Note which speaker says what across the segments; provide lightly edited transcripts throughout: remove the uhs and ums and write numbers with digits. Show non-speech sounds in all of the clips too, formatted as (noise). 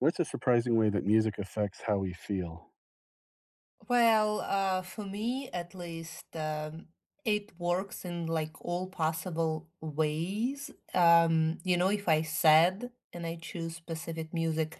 Speaker 1: What's a surprising way that music affects how we feel?
Speaker 2: Well, for me at least, it works in like all possible ways. If I sad and I choose specific music,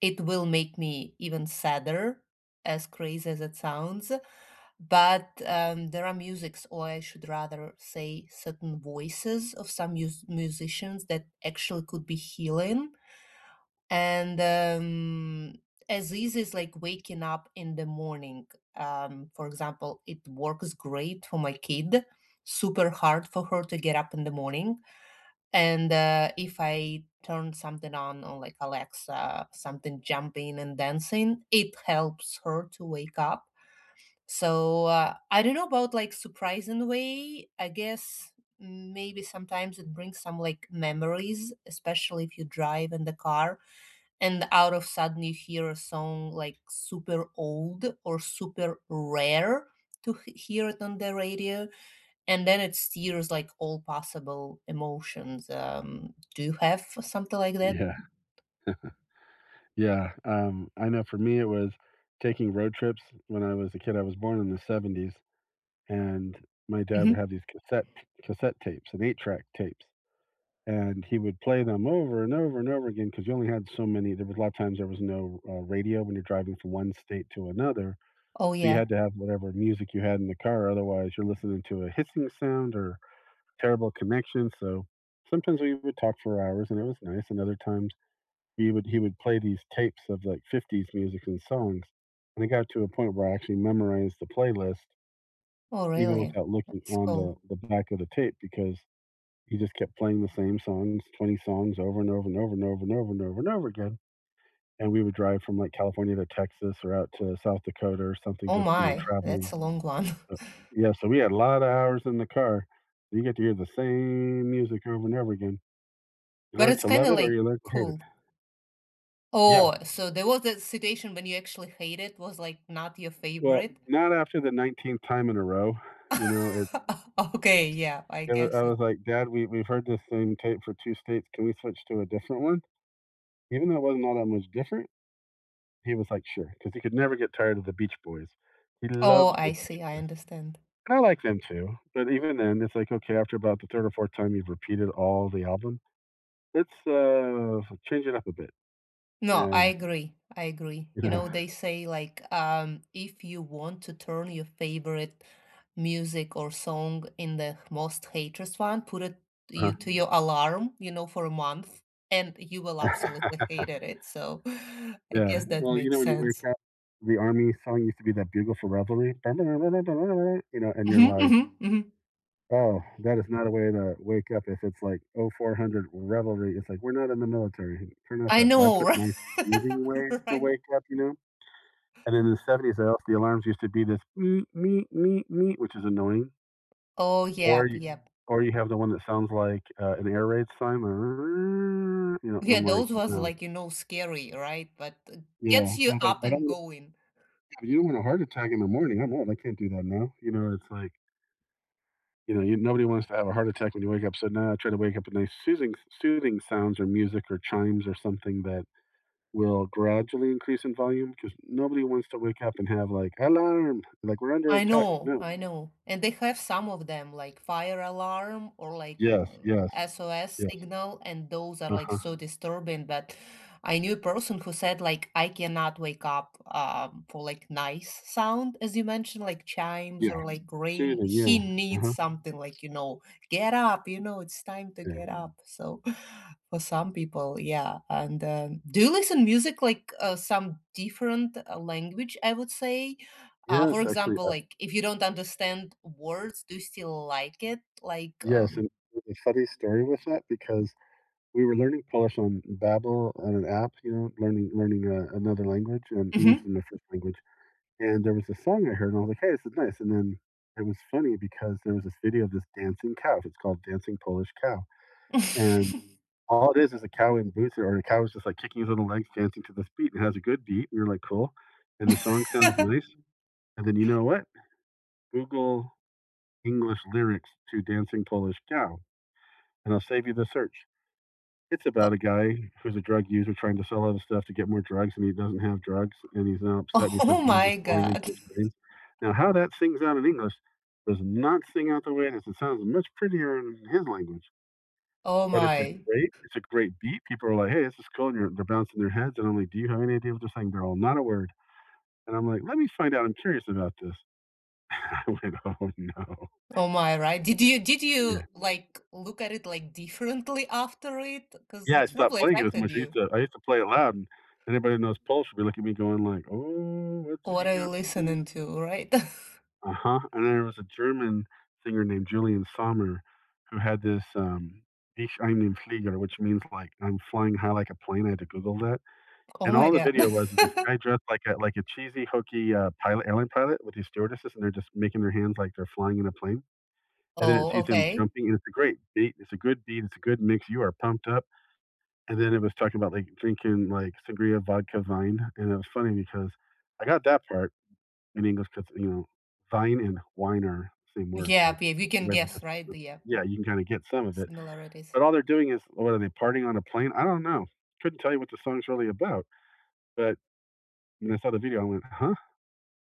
Speaker 2: it will make me even sadder, as crazy as it sounds. But there are musics, or I should rather say, certain voices of some musicians that actually could be healing, and as easy as like waking up in the morning. For example, it works great for my kid. Super hard for her to get up in the morning, and if I turn something on like Alexa, something jumping and dancing, it helps her to wake up. So I don't know about like surprising way, I guess. Maybe sometimes it brings some like memories, especially if you drive in the car and out of sudden you hear a song like super old or super rare to hear it on the radio. And then it steers like all possible emotions. Do you have something like that?
Speaker 1: Yeah, yeah, I know for me, it was taking road trips when I was a kid. I was born in the '70s, and my dad would
Speaker 2: Hmm.
Speaker 1: have these cassette tapes and eight-track tapes, and he would play them over and over and over again because you only had so many. There was a lot of times there was no, radio when you're driving from one state to another,
Speaker 2: Oh
Speaker 1: so you
Speaker 2: yeah.
Speaker 1: had to have whatever music you had in the car, otherwise you're listening to a hissing sound or terrible connection. So sometimes we would talk for hours and it was nice, and other times he would play these tapes of, like, 50s music and songs, and it got to a point where I actually memorized the playlist
Speaker 2: Oh
Speaker 1: even
Speaker 2: really?
Speaker 1: without looking
Speaker 2: That's
Speaker 1: on
Speaker 2: cool.
Speaker 1: the back of the tape because he just kept playing the same songs, 20 songs over and over and over and over and over and over and over again, and we would drive from, like, California to Texas or out to South Dakota or something,
Speaker 2: Oh
Speaker 1: just, you know,
Speaker 2: my,
Speaker 1: traveling,
Speaker 2: that's a long one.
Speaker 1: but yeah, so we had a lot of hours in the car. So you get to hear the same music over and over again.
Speaker 2: (laughs)
Speaker 1: You
Speaker 2: But
Speaker 1: learn
Speaker 2: it's
Speaker 1: to
Speaker 2: kind
Speaker 1: love
Speaker 2: of
Speaker 1: it or
Speaker 2: like
Speaker 1: you learn to hate it.
Speaker 2: cool.
Speaker 1: Yeah.
Speaker 2: Oh, so there was a situation when you actually hate, it was like not your
Speaker 1: Well,
Speaker 2: favorite?
Speaker 1: not after the 19th time in a row. You know,
Speaker 2: (laughs) Okay, yeah, I
Speaker 1: it was,
Speaker 2: guess
Speaker 1: I
Speaker 2: it.
Speaker 1: was like, "Dad, we've heard this same tape for two states. Can we switch to a different one?" Even though it wasn't all that much different, he was like, "Sure," because he could never get tired of the Beach Boys. He loves
Speaker 2: Oh,
Speaker 1: the
Speaker 2: I
Speaker 1: Beach.
Speaker 2: see, I understand.
Speaker 1: And I like them too. But even then, it's like, okay, after about the third or fourth time you've repeated all the album, let's change it up a bit.
Speaker 2: No, I
Speaker 1: And,
Speaker 2: agree. I agree.
Speaker 1: you
Speaker 2: You
Speaker 1: know,
Speaker 2: know, they say like if you want to turn your favorite music or song in the most hatred one, put it
Speaker 1: uh,
Speaker 2: you to your alarm, for a month, and you will
Speaker 1: (laughs)
Speaker 2: absolutely hate it. So (laughs) I
Speaker 1: yeah.
Speaker 2: guess that
Speaker 1: Well, you know,
Speaker 2: makes
Speaker 1: when you wake
Speaker 2: sense.
Speaker 1: up, the army song used to be that bugle for revelry. (laughs) You know, and you're
Speaker 2: Mhm,
Speaker 1: like,
Speaker 2: mhm, mhm.
Speaker 1: oh, that is not a way to wake up if it's like oh 400 revelry. It's like, we're not in the military. Turn off
Speaker 2: I
Speaker 1: that. So I
Speaker 2: know, (laughs)
Speaker 1: put
Speaker 2: right?
Speaker 1: nice soothing ways to
Speaker 2: Right.
Speaker 1: wake up, you know? And in the 70s, I also, the alarms used to be this meet, meet, meet, meet, which is annoying.
Speaker 2: Oh,
Speaker 1: Or
Speaker 2: yep,
Speaker 1: you,
Speaker 2: yep.
Speaker 1: or you have the one that sounds like an air raid sign. (laughs) You know, and
Speaker 2: Yeah,
Speaker 1: I'm like,
Speaker 2: those was
Speaker 1: no.
Speaker 2: like, scary, right? But
Speaker 1: Yeah.
Speaker 2: gets
Speaker 1: And
Speaker 2: you
Speaker 1: I was like,
Speaker 2: up
Speaker 1: I
Speaker 2: and
Speaker 1: don't.
Speaker 2: going.
Speaker 1: You don't want a heart attack in the morning. I'm old. I can't do that now. You know, it's like, you know, nobody wants to have a heart attack when you wake up. So now I try to wake up with nice soothing sounds or music or chimes or something that will gradually increase in volume, because nobody wants to wake up and have like alarm, like we're under
Speaker 2: I
Speaker 1: attack.
Speaker 2: know,
Speaker 1: No.
Speaker 2: I know. And they have some of them, like fire alarm or like
Speaker 1: Yes. Yes.
Speaker 2: SOS
Speaker 1: Yes.
Speaker 2: signal, and those are
Speaker 1: Uh
Speaker 2: like
Speaker 1: huh.
Speaker 2: so disturbing that I knew a person who said like I cannot wake up for like nice sound, as you mentioned, like chimes
Speaker 1: Yeah.
Speaker 2: or like rain.
Speaker 1: Soothing.
Speaker 2: He
Speaker 1: Yeah. Uh
Speaker 2: needs
Speaker 1: huh.
Speaker 2: something like, get up, it's time to
Speaker 1: Yeah.
Speaker 2: get up. So (laughs) for some people, yeah. And do you listen music like some different language, I would say? For
Speaker 1: Yes. Actually.
Speaker 2: example, like if you don't understand words, do you still like it? Like,
Speaker 1: Yes. And there's a funny story with that, because we were learning Polish on Babbel on an app, you know, learning another language, and English
Speaker 2: mhm.
Speaker 1: is my first language, and there was a song I heard, and I was like, "Hey, this is nice," and then it was funny because there was this video of this dancing cow. It's called Dancing Polish Cow, and all it is a cow in boots, or a cow is just, like, kicking his little legs, dancing to this beat, and it has a good beat, and you're like, "Cool," and the song sounds nice,
Speaker 2: (laughs)
Speaker 1: and then you know what? Google English lyrics to Dancing Polish Cow, and I'll save you the search. It's about
Speaker 2: Oh,
Speaker 1: a guy who's a drug user trying to sell other stuff to get more drugs, and he doesn't have drugs, and he's now upset, and he says
Speaker 2: oh
Speaker 1: eels are
Speaker 2: my
Speaker 1: flying into
Speaker 2: God.
Speaker 1: his brains. Now, how that sings out in English does not sing out the way it is. It sounds much prettier in his language,
Speaker 2: Oh
Speaker 1: but
Speaker 2: my.
Speaker 1: it's a great beat. People are like, "Hey, this is cool," and they're bouncing their heads, and I'm like, "Do you have any idea what they're saying?" They're all not a word, and I'm like, "Let me find out. I'm curious about this." (laughs) I went, "Oh no,
Speaker 2: Oh my, right? Did you did
Speaker 1: yeah."
Speaker 2: you like look at it like differently after it? Because
Speaker 1: Yeah, I
Speaker 2: it
Speaker 1: stopped
Speaker 2: probably
Speaker 1: playing it as
Speaker 2: affected
Speaker 1: much.
Speaker 2: you.
Speaker 1: I used to play it loud, and anybody that knows Polish would be looking at me going like, "Oh, what's
Speaker 2: What are
Speaker 1: he
Speaker 2: you
Speaker 1: up
Speaker 2: listening
Speaker 1: to?"
Speaker 2: to, right? (laughs)
Speaker 1: Uh-huh, and there was a German singer named Julian Sommer who had this, "Ich ein im Flieger," which means, like, "I'm flying high like a plane." I had to Google that,
Speaker 2: Oh
Speaker 1: and
Speaker 2: my
Speaker 1: all the
Speaker 2: God.
Speaker 1: video was is this
Speaker 2: (laughs)
Speaker 1: guy dressed like a cheesy, hokey, pilot, airline pilot, with these stewardesses, and they're just making their hands like they're flying in a plane, and then it
Speaker 2: Oh,
Speaker 1: sees him
Speaker 2: okay.
Speaker 1: jumping, and it's a great beat. It's a good beat. It's a good mix. You are pumped up. And then it was talking about, like, drinking, like, sangria, vodka, vine, and it was funny because I got that part in English, because you know, vine and wine are the same word, but
Speaker 2: Yeah, yeah, you
Speaker 1: it's the
Speaker 2: can
Speaker 1: way they
Speaker 2: guess,
Speaker 1: just
Speaker 2: right? Yeah,
Speaker 1: yeah, you can kinda get some of it,
Speaker 2: similarities.
Speaker 1: but all they're doing is, what are they, partying on a plane? I don't know. Couldn't tell you what the song's really about, but when I saw the video, I went, "Huh?"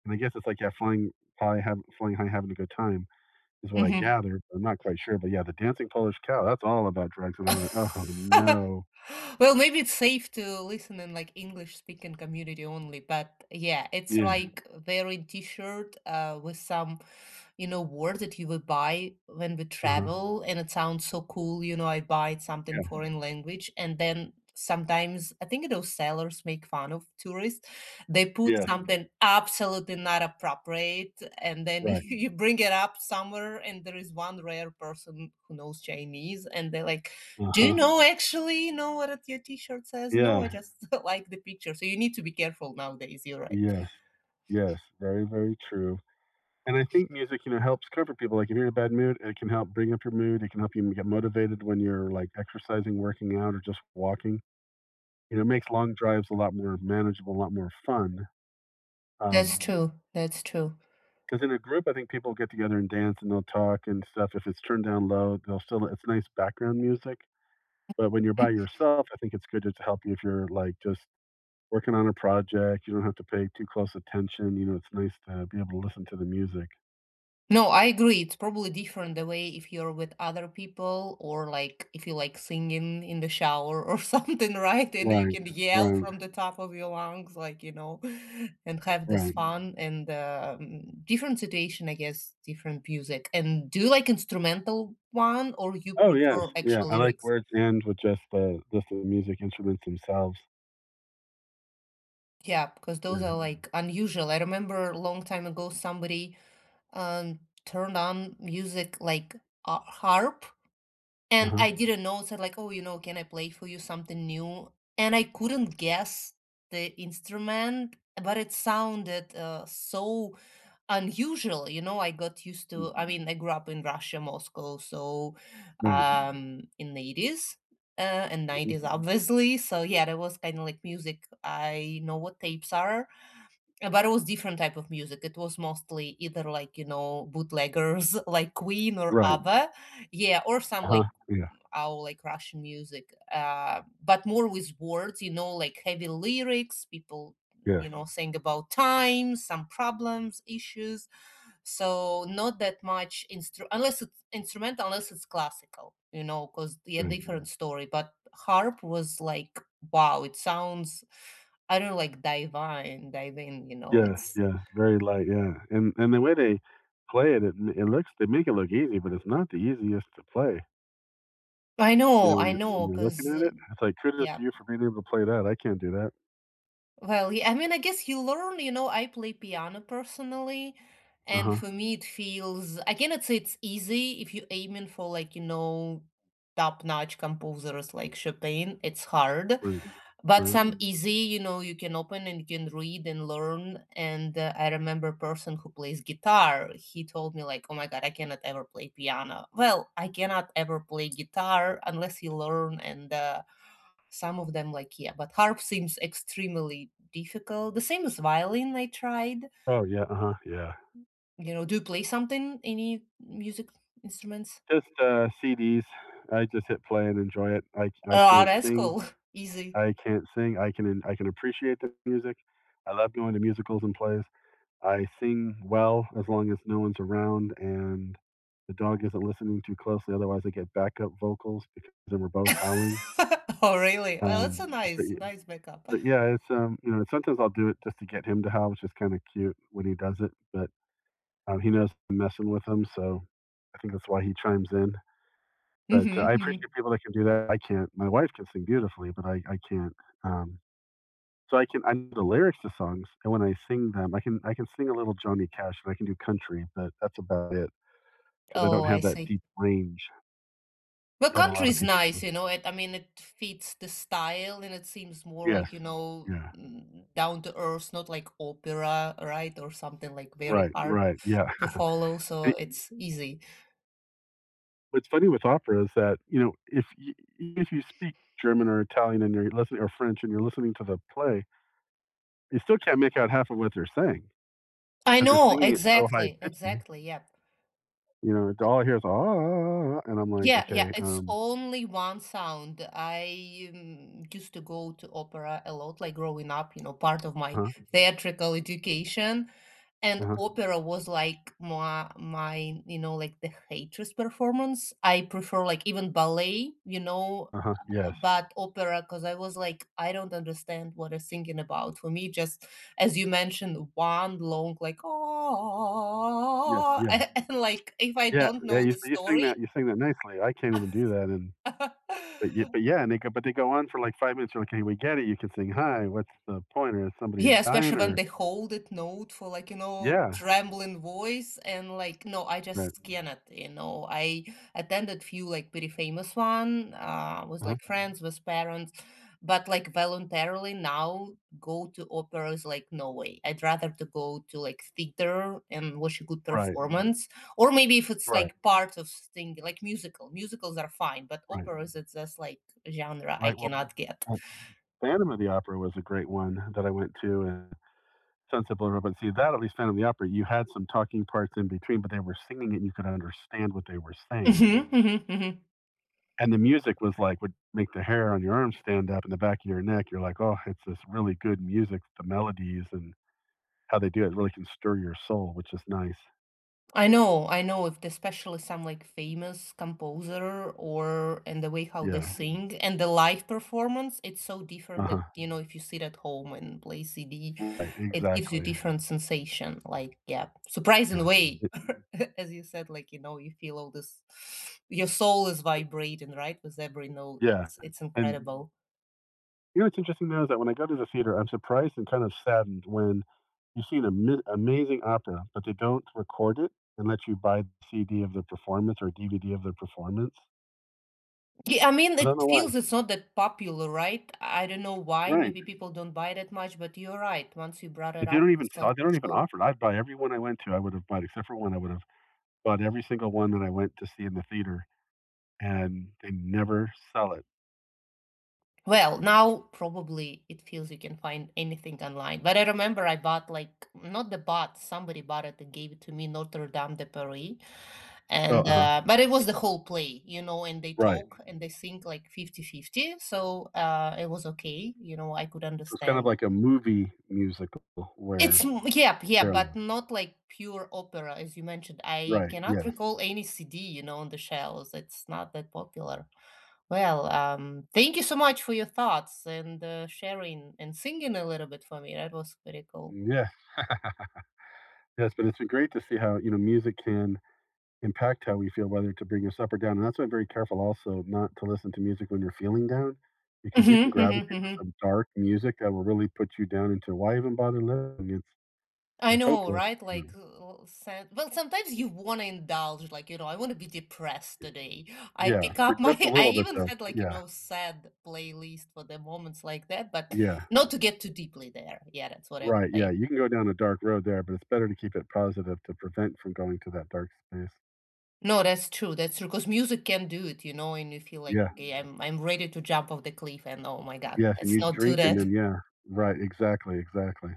Speaker 1: And I guess it's like, yeah, flying high, hav flying high, having a good time is what I
Speaker 2: Mhm.
Speaker 1: gathered. I'm not quite sure, but yeah, the dancing Polish cow, that's all about drugs, and I went, "Oh,
Speaker 2: (laughs)
Speaker 1: no."
Speaker 2: Well, maybe it's safe to listen in like English speaking community only, but yeah, it's
Speaker 1: Yeah.
Speaker 2: like very t-shirt with some, word that you would buy when we
Speaker 1: Uh-huh.
Speaker 2: travel, and it sounds so cool. You know, I buy something
Speaker 1: Yeah.
Speaker 2: foreign language, and then sometimes I think those sellers make fun of tourists. They put
Speaker 1: Yes.
Speaker 2: something absolutely not appropriate, and then (laughs)
Speaker 1: Right.
Speaker 2: you bring it up somewhere, and there is one rare person who knows Chinese, and they're like, do you
Speaker 1: Uh-huh.
Speaker 2: know actually know what your T-shirt says? No, I
Speaker 1: Yeah.
Speaker 2: just (laughs) like the picture. So you need to be careful nowadays. You're right.
Speaker 1: Yes. Yes. Very, very true. And I think music, you know, helps comfort people. Like if you're in a bad mood, it can help bring up your mood. It can help you get motivated when you're like exercising, working out, or just walking. You know, it makes long drives a lot more manageable, a lot more fun.
Speaker 2: That's
Speaker 1: Um,
Speaker 2: true. That's true.
Speaker 1: because in a group, I think people get together and dance and they'll talk and stuff. If it's turned down low, they'll still, it's nice background music. But when you're by yourself, I think it's good just to help you if you're like just working on a project, you don't have to pay too close attention, you know, it's nice to be able to listen to the music.
Speaker 2: No, I agree. It's probably different the way if you're with other people or like if you like singing in the shower or (laughs) something, right? And you
Speaker 1: Right,
Speaker 2: can yell
Speaker 1: right,
Speaker 2: from the top of your lungs, like, (laughs) and have this
Speaker 1: right.
Speaker 2: fun and different situation, I guess, different music. And do you like instrumental one or you
Speaker 1: Oh, yes,
Speaker 2: prefer
Speaker 1: yeah,
Speaker 2: actual
Speaker 1: I like
Speaker 2: lyrics?
Speaker 1: where it ends with just the music instruments themselves.
Speaker 2: Yeah, because those
Speaker 1: Yeah,
Speaker 2: are like unusual. I remember a long time ago somebody um turned on music like a harp. And
Speaker 1: uh-huh,
Speaker 2: I didn't know, so like, "Oh, you know, can I play for you something new?" And I couldn't guess the instrument, but it sounded, so unusual, I got used
Speaker 1: mm,
Speaker 2: to I mean, I grew up in Russia, Moscow, so,
Speaker 1: right,
Speaker 2: in the 80s, and
Speaker 1: mhm,
Speaker 2: 90s, obviously, so yeah, that was kinda like music. I know what tapes are, but it was different type of music, it was mostly either like, bootleggers (laughs) like Queen or
Speaker 1: right,
Speaker 2: ABBA, yeah, or some,
Speaker 1: uh-huh,
Speaker 2: like,
Speaker 1: yeah,
Speaker 2: our like Russian music, but more with words, like heavy lyrics, people
Speaker 1: yes,
Speaker 2: saying about time some problems issues, so not that much unless it's instrumental unless it's classical, because yeah
Speaker 1: right.
Speaker 2: different story. But harp was like wow, it sounds, I don't know, like divine divine you know
Speaker 1: Yes,
Speaker 2: it's
Speaker 1: yes, very light, yeah, and the way they play it, it looks they make it look easy, but it's not the easiest to play,
Speaker 2: I
Speaker 1: you
Speaker 2: know,
Speaker 1: know, when
Speaker 2: I know,
Speaker 1: you're looking at
Speaker 2: because
Speaker 1: it, it's like, "Kudos
Speaker 2: yeah.
Speaker 1: to you for being able to play that, I can't do that."
Speaker 2: Well, yeah, I mean, I guess you learn, I play piano personally, and
Speaker 1: Uh-huh,
Speaker 2: for me it feels, I cannot say it's easy. If you're aiming for like, top-notch composers like Chopin, it's hard,
Speaker 1: right,
Speaker 2: but
Speaker 1: right.
Speaker 2: some easy, you can open and you can read and learn. And I remember a person who plays guitar, he told me like, "Oh my God, I cannot ever play piano." Well, I cannot ever play guitar unless you learn, and some of them, like, yeah, but harp seems extremely difficult. The same as violin I tried.
Speaker 1: Oh, yeah, uh-huh, yeah.
Speaker 2: You know, do you play something? Any music instruments?
Speaker 1: Just, CDs. I just hit play and enjoy it. I
Speaker 2: Oh,
Speaker 1: can't
Speaker 2: that's
Speaker 1: sing.
Speaker 2: cool. (laughs) Easy.
Speaker 1: I can't sing, I can appreciate the music. I love going to musicals and plays. I sing well as long as no one's around and the dog isn't listening too closely, otherwise I get backup vocals because then we're both howling.
Speaker 2: (laughs) Oh, really? Well, that's
Speaker 1: Um,
Speaker 2: a
Speaker 1: but
Speaker 2: nice,
Speaker 1: y
Speaker 2: nice backup.
Speaker 1: but, yeah, you know, sometimes I'll do it just to get him to howl, which is kinda cute when he does it, but, he knows I'm messing with him, so I think that's why he chimes in. But,
Speaker 2: Mhm,
Speaker 1: I
Speaker 2: mhm.
Speaker 1: appreciate people that can do that. I can't. My wife can sing beautifully, but I can't. Um, so I know the lyrics to songs, and when I sing them, I can sing a little Johnny Cash, and I can do country, but that's about it because I
Speaker 2: Oh,
Speaker 1: don't
Speaker 2: I
Speaker 1: have that
Speaker 2: see.
Speaker 1: deep range
Speaker 2: Well,
Speaker 1: that a
Speaker 2: country
Speaker 1: lot of
Speaker 2: is
Speaker 1: people do.
Speaker 2: nice. It, I mean, it fits the style, and it seems more
Speaker 1: Yes.
Speaker 2: like,
Speaker 1: Yeah.
Speaker 2: down to earth, not like opera, right? Or something like very
Speaker 1: Right,
Speaker 2: hard
Speaker 1: right, yeah.
Speaker 2: to follow.
Speaker 1: (laughs)
Speaker 2: So
Speaker 1: And
Speaker 2: it's easy.
Speaker 1: what's funny with opera is that, you know, if you speak German or Italian and you're listening, or French and you're listening to the play, you still can't make out half of what they're saying
Speaker 2: I
Speaker 1: because 'cause they're
Speaker 2: know,
Speaker 1: singing it so high
Speaker 2: exactly,
Speaker 1: pitched.
Speaker 2: exactly, yep.
Speaker 1: You know,
Speaker 2: Oh,
Speaker 1: all I hear is, "Ah," and I'm like,
Speaker 2: yeah, yeah,
Speaker 1: "Okay,
Speaker 2: it's only one sound. I used to go to opera a lot, like growing up, part of my
Speaker 1: uh-huh,
Speaker 2: theatrical education. And
Speaker 1: uh-huh,
Speaker 2: opera was like my, like the Waitress performance. I prefer like even ballet,
Speaker 1: uh-huh, yes.
Speaker 2: but opera because I was like, I don't understand what they're singing about. For me, just as you mentioned, one long like
Speaker 1: Yeah,
Speaker 2: oh, (laughs)
Speaker 1: yeah,
Speaker 2: and, like if I
Speaker 1: yeah,
Speaker 2: don't
Speaker 1: yeah,
Speaker 2: know the story,
Speaker 1: you sing that nicely, I can't even do that," and but
Speaker 2: (laughs)
Speaker 1: yeah, and they go but they go on for like 5 minutes, you're like, "Okay, we get it, you can sing high, what's the point, or is somebody
Speaker 2: Yeah,
Speaker 1: dying
Speaker 2: especially when
Speaker 1: or—"
Speaker 2: they hold it note for like,
Speaker 1: Yeah,
Speaker 2: trembling voice and like, no, I
Speaker 1: right,
Speaker 2: just cannot. I attended few like pretty famous one, with
Speaker 1: uh
Speaker 2: like friends, with parents, but like voluntarily now go to opera is like no way. I'd rather to go to like theater and watch a good
Speaker 1: right,
Speaker 2: performance. Or maybe if it's
Speaker 1: right,
Speaker 2: like part of thing like musical. Musicals are fine, but
Speaker 1: right.
Speaker 2: operas it's just like genre I
Speaker 1: Like, well,
Speaker 2: cannot get.
Speaker 1: uh, Phantom of the Opera was a great one that I went to, and Sunset Boulevard, but see, that at least Phantom of the Opera, you had some talking parts in between, but they were singing it, and you could understand what they were saying.
Speaker 2: Hmm, hmm, hmm.
Speaker 1: And the music was like would make the hair on your arm stand up in the back of your neck. You're like, "Oh, it's this really good music, the melodies and how they do it really can stir your soul," which is nice.
Speaker 2: I know, I know, if especially some like famous composer or and the way how they
Speaker 1: Yeah.
Speaker 2: sing and the live performance, it's so different that
Speaker 1: Uh-huh.
Speaker 2: you know if you sit at home and play CD,
Speaker 1: Right,
Speaker 2: it gives you
Speaker 1: exactly.
Speaker 2: different sensation. Like yeah, surprising
Speaker 1: Yeah.
Speaker 2: way,
Speaker 1: It
Speaker 2: (laughs) as you said, like you feel all this, your soul is vibrating right with every note.
Speaker 1: yeah.
Speaker 2: It's
Speaker 1: And
Speaker 2: incredible.
Speaker 1: you know what's interesting though is that when I go to the theater, I'm surprised and kind of saddened when you see an amazing opera, but they don't record it and let you buy the CD of the performance or DVD of the performance.
Speaker 2: Yeah, I mean
Speaker 1: I don't
Speaker 2: it
Speaker 1: know why.
Speaker 2: feels it's not that popular, right? I don't know why.
Speaker 1: Right.
Speaker 2: Maybe people don't buy that much, but you're right. Once you brought it
Speaker 1: But they
Speaker 2: up,
Speaker 1: don't even
Speaker 2: it's like
Speaker 1: saw they don't even
Speaker 2: show.
Speaker 1: offer it. I'd buy every one I went to. I would have bought except for one. I would have bought every single one that I went to see in the theater, and they never sell it.
Speaker 2: Well, now probably it feels you can find anything online. But I remember I bought like not the bot, somebody bought it and gave it to me, Notre Dame de Paris.
Speaker 1: Oh,
Speaker 2: And
Speaker 1: uh-huh,
Speaker 2: but it was the whole play, and they
Speaker 1: right.
Speaker 2: talk and they sing like fifty-fifty, so it was okay, I could
Speaker 1: So it's kind of
Speaker 2: understand.
Speaker 1: like a movie musical
Speaker 2: It's
Speaker 1: where
Speaker 2: m- yeah, yeah,
Speaker 1: they're
Speaker 2: but
Speaker 1: like—
Speaker 2: not like pure opera, as you mentioned. I
Speaker 1: Right,
Speaker 2: cannot
Speaker 1: yes.
Speaker 2: recall any CD, on the shelves. It's not that popular. Well, thank you so much for your thoughts and sharing and singing a little bit for me. That was pretty cool.
Speaker 1: Yes. (laughs) Yes, but it's been great to see how, you know, music can impact how we feel, whether to bring us up or down, and that's why I'm very careful also not to listen to music when you're feeling down, because you
Speaker 2: Hmm,
Speaker 1: can gravitate
Speaker 2: hmm,
Speaker 1: to
Speaker 2: hmm.
Speaker 1: some dark music that will really put you down into, "Why even bother living?
Speaker 2: I
Speaker 1: It's
Speaker 2: know,
Speaker 1: hopeless."
Speaker 2: right? Like, well, sometimes you want to indulge, like, I want to be depressed today. I
Speaker 1: Yeah,
Speaker 2: pick
Speaker 1: for
Speaker 2: up my,
Speaker 1: just a
Speaker 2: (laughs) I
Speaker 1: little bit
Speaker 2: even
Speaker 1: though.
Speaker 2: had like,
Speaker 1: Yeah,
Speaker 2: sad playlist for the moments like that, but
Speaker 1: yeah,
Speaker 2: not to get too deeply there. Yeah, that's what I would
Speaker 1: right,
Speaker 2: say.
Speaker 1: yeah, you can go down a dark road there, but it's better to keep it positive to prevent from going to that dark space.
Speaker 2: No, that's true. That's true. Because music can do it, and you feel like,
Speaker 1: Yeah,
Speaker 2: okay, I'm ready to jump off the cliff, and oh my God,
Speaker 1: yes, and
Speaker 2: let's
Speaker 1: you
Speaker 2: not do
Speaker 1: drink and
Speaker 2: that.
Speaker 1: then yeah, right, exactly, exactly.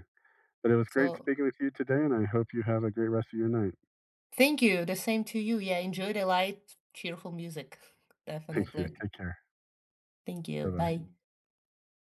Speaker 1: But it was great
Speaker 2: So,
Speaker 1: speaking with you today, and I hope you have a great rest of your night.
Speaker 2: thank you. The same to you. Yeah, enjoy the light, cheerful music. (laughs)
Speaker 1: Thank you.
Speaker 2: Definitely.
Speaker 1: Take care.
Speaker 2: Thank you.
Speaker 1: Bye-bye.
Speaker 2: Bye.